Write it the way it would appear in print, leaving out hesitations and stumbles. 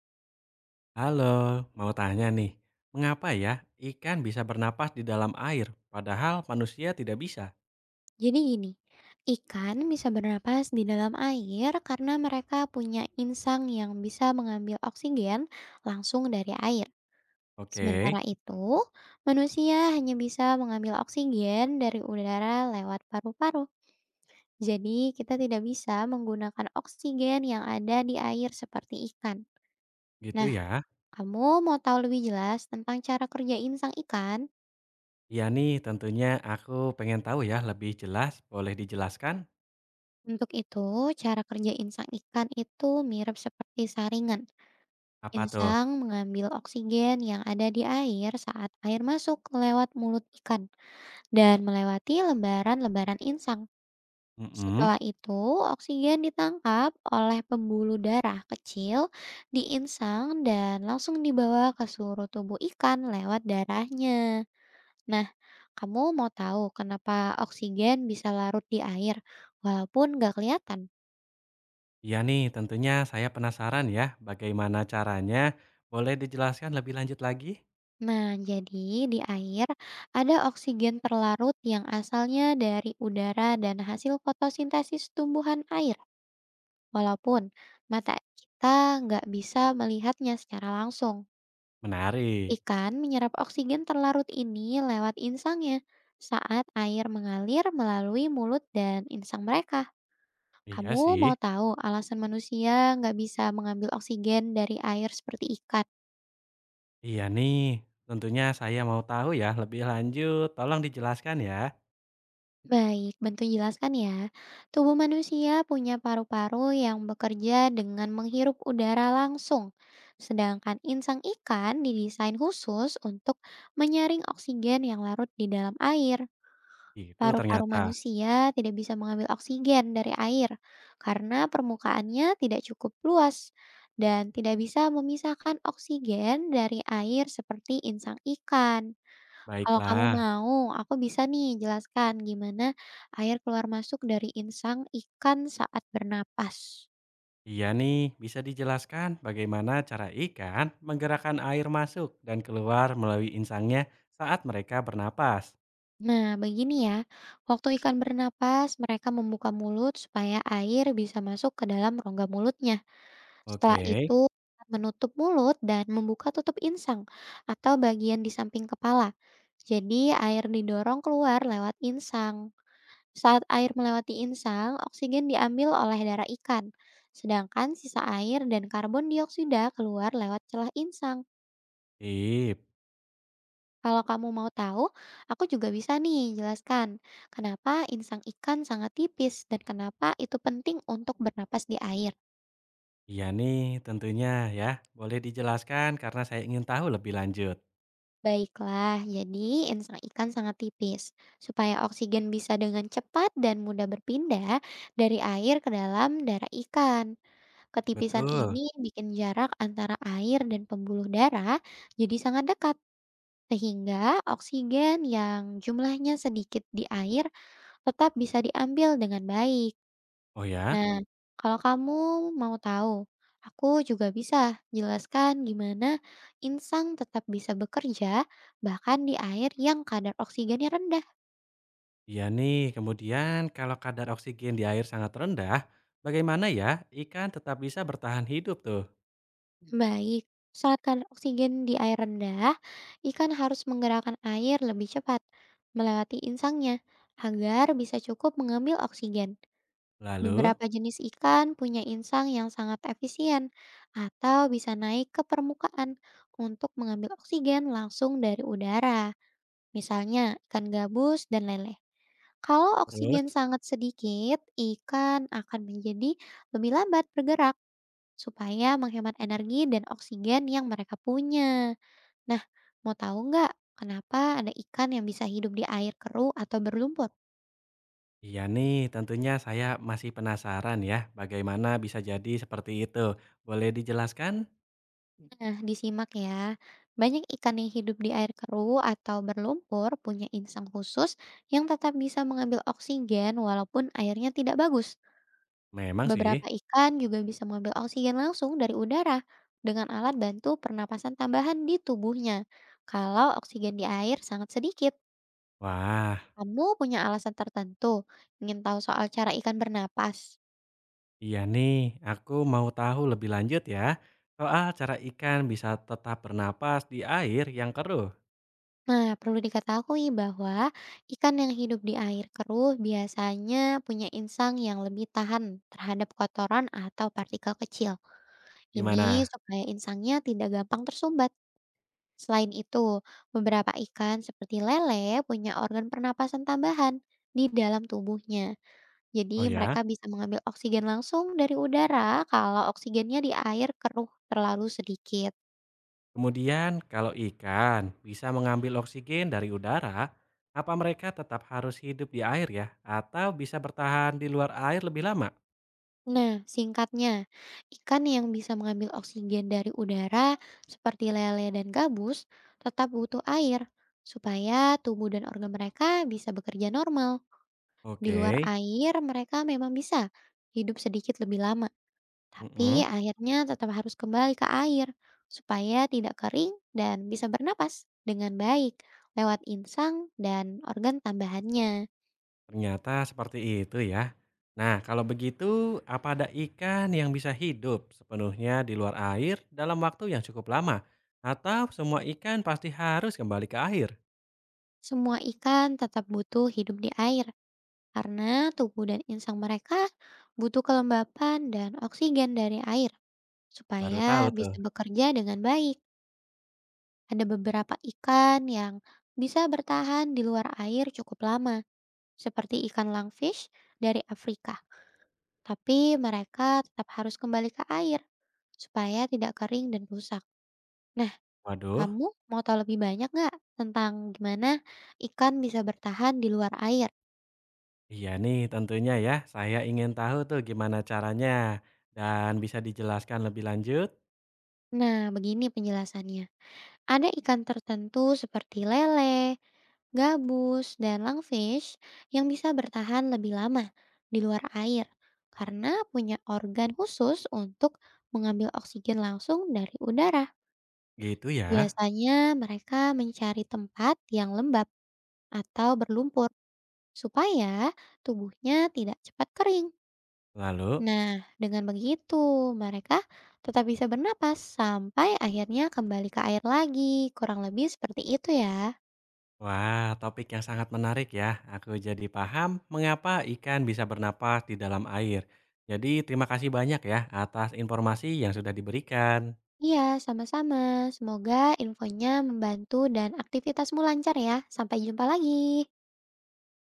Halo, mau tanya nih, mengapa ya ikan bisa bernapas di dalam air, padahal manusia tidak bisa? Jadi gini, ikan bisa bernapas di dalam air karena mereka punya insang yang bisa mengambil oksigen langsung dari air. Oke, Sementara itu, manusia hanya bisa mengambil oksigen dari udara lewat paru-paru. Jadi, kita tidak bisa menggunakan oksigen yang ada di air seperti ikan. gitu Nah, ya. kamu mau tahu lebih jelas tentang cara kerja insang ikan? Iya nih, tentunya aku pengen tahu ya lebih jelas, boleh dijelaskan? Untuk itu, cara kerja insang ikan itu mirip seperti saringan. Apa tuh? Insang mengambil oksigen yang ada di air saat air masuk lewat mulut ikan dan melewati lembaran-lembaran insang. Mm-mm. Setelah itu, oksigen ditangkap oleh pembuluh darah kecil di insang dan langsung dibawa ke seluruh tubuh ikan lewat darahnya. Nah, kamu mau tahu kenapa oksigen bisa larut di air walaupun nggak kelihatan? Iya nih, tentunya saya penasaran ya bagaimana caranya, boleh dijelaskan lebih lanjut lagi? Nah, jadi di air ada oksigen terlarut yang asalnya dari udara dan hasil fotosintesis tumbuhan air. Walaupun mata kita nggak bisa melihatnya secara langsung. Menarik. Ikan menyerap oksigen terlarut ini lewat insangnya saat air mengalir melalui mulut dan insang mereka. Iya Kamu sih. mau tahu alasan manusia nggak bisa mengambil oksigen dari air seperti ikan? Iya nih, tentunya saya mau tahu ya lebih lanjut, tolong dijelaskan ya. Baik, bantu jelaskan ya. Tubuh manusia punya paru-paru yang bekerja dengan menghirup udara langsung. Sedangkan insang ikan didesain khusus untuk menyaring oksigen yang larut di dalam air. Itu Paru-paru ternyata. manusia tidak bisa mengambil oksigen dari air karena permukaannya tidak cukup luas dan tidak bisa memisahkan oksigen dari air seperti insang ikan. Kalau kamu Baiklah. mau, aku bisa nih jelaskan gimana air keluar masuk dari insang ikan saat bernapas. Iya nih, bisa dijelaskan bagaimana cara ikan menggerakkan air masuk dan keluar melalui insangnya saat mereka bernapas. Nah, begini ya. Waktu ikan bernapas, mereka membuka mulut supaya air bisa masuk ke dalam rongga mulutnya. Setelah Oke, itu, menutup mulut dan membuka tutup insang atau bagian di samping kepala. Jadi, air didorong keluar lewat insang. Saat air melewati insang, oksigen diambil oleh darah ikan, sedangkan sisa air dan karbon dioksida keluar lewat celah insang. sip. Kalau kamu mau tahu, aku juga bisa nih jelaskan kenapa insang ikan sangat tipis dan kenapa itu penting untuk bernapas di air. Iya nih, tentunya ya. Boleh dijelaskan karena saya ingin tahu lebih lanjut. Baiklah, jadi insang ikan sangat tipis. Supaya oksigen bisa dengan cepat dan mudah berpindah dari air ke dalam darah ikan. Ketipisan Betul. ini bikin jarak antara air dan pembuluh darah jadi sangat dekat, sehingga oksigen yang jumlahnya sedikit di air tetap bisa diambil dengan baik. Oh ya? Nah, kalau kamu mau tahu, aku juga bisa jelaskan gimana insang tetap bisa bekerja bahkan di air yang kadar oksigennya rendah. Iya nih, kemudian kalau kadar oksigen di air sangat rendah, bagaimana ya ikan tetap bisa bertahan hidup tuh? Baik, saat kadar oksigen di air rendah, ikan harus menggerakkan air lebih cepat melewati insangnya agar bisa cukup mengambil oksigen. Lalu, Beberapa jenis ikan punya insang yang sangat efisien atau bisa naik ke permukaan untuk mengambil oksigen langsung dari udara, misalnya ikan gabus dan lele. Kalau oksigen terus? sangat sedikit, ikan akan menjadi lebih lambat bergerak supaya menghemat energi dan oksigen yang mereka punya. Nah, mau tahu nggak kenapa ada ikan yang bisa hidup di air keruh atau berlumpur? Iya nih, tentunya saya masih penasaran ya, bagaimana bisa jadi seperti itu. Boleh dijelaskan? Nah, disimak ya. Banyak ikan yang hidup di air keruh atau berlumpur punya insang khusus yang tetap bisa mengambil oksigen walaupun airnya tidak bagus. Memang sih. Beberapa ikan juga bisa mengambil oksigen langsung dari udara dengan alat bantu pernapasan tambahan di tubuhnya. Kalau oksigen di air sangat sedikit, Wah, kamu punya alasan tertentu ingin tahu soal cara ikan bernapas? iya nih, aku mau tahu lebih lanjut ya, soal cara ikan bisa tetap bernapas di air yang keruh. Nah, perlu diketahui bahwa ikan yang hidup di air keruh biasanya punya insang yang lebih tahan terhadap kotoran atau partikel kecil. Ini Gimana? supaya insangnya tidak gampang tersumbat. Selain itu, beberapa ikan seperti lele punya organ pernapasan tambahan di dalam tubuhnya. Oh Jadi ya? mereka bisa mengambil oksigen langsung dari udara kalau oksigennya di air keruh terlalu sedikit. Kemudian kalau ikan bisa mengambil oksigen dari udara, apa mereka tetap harus hidup di air ya? Atau bisa bertahan di luar air lebih lama? Nah, singkatnya, ikan yang bisa mengambil oksigen dari udara seperti lele dan gabus tetap butuh air supaya tubuh dan organ mereka bisa bekerja normal. Di luar Oke. air, mereka memang bisa hidup sedikit lebih lama, Mm-mm. tapi akhirnya tetap harus kembali ke air supaya tidak kering dan bisa bernapas dengan baik lewat insang dan organ tambahannya. Ternyata seperti itu ya. Nah, kalau begitu, apa ada ikan yang bisa hidup sepenuhnya di luar air dalam waktu yang cukup lama? Atau semua ikan pasti harus kembali ke air? Semua ikan tetap butuh hidup di air karena tubuh dan insang mereka butuh kelembapan dan oksigen dari air Baru tahu supaya tuh. bisa bekerja dengan baik. Ada beberapa ikan yang bisa bertahan di luar air cukup lama, seperti ikan langfish dari Afrika. Tapi mereka tetap harus kembali ke air supaya tidak kering dan rusak. Nah, Waduh, kamu mau tahu lebih banyak nggak tentang gimana ikan bisa bertahan di luar air? iya nih tentunya ya. Saya ingin tahu tuh gimana caranya. Dan bisa dijelaskan lebih lanjut? Nah, begini penjelasannya. Ada ikan tertentu seperti lele, gabus, dan langfish yang bisa bertahan lebih lama di luar air karena punya organ khusus untuk mengambil oksigen langsung dari udara. Gitu ya. Biasanya mereka mencari tempat yang lembab atau berlumpur supaya tubuhnya tidak cepat kering. Lalu? Nah, dengan begitu mereka tetap bisa bernapas sampai akhirnya kembali ke air lagi. Kurang lebih seperti itu ya. Wah, topik yang sangat menarik ya. Aku jadi paham mengapa ikan bisa bernapas di dalam air. Jadi, terima kasih banyak ya atas informasi yang sudah diberikan. Iya, sama-sama. Semoga infonya membantu dan aktivitasmu lancar ya. Sampai jumpa lagi.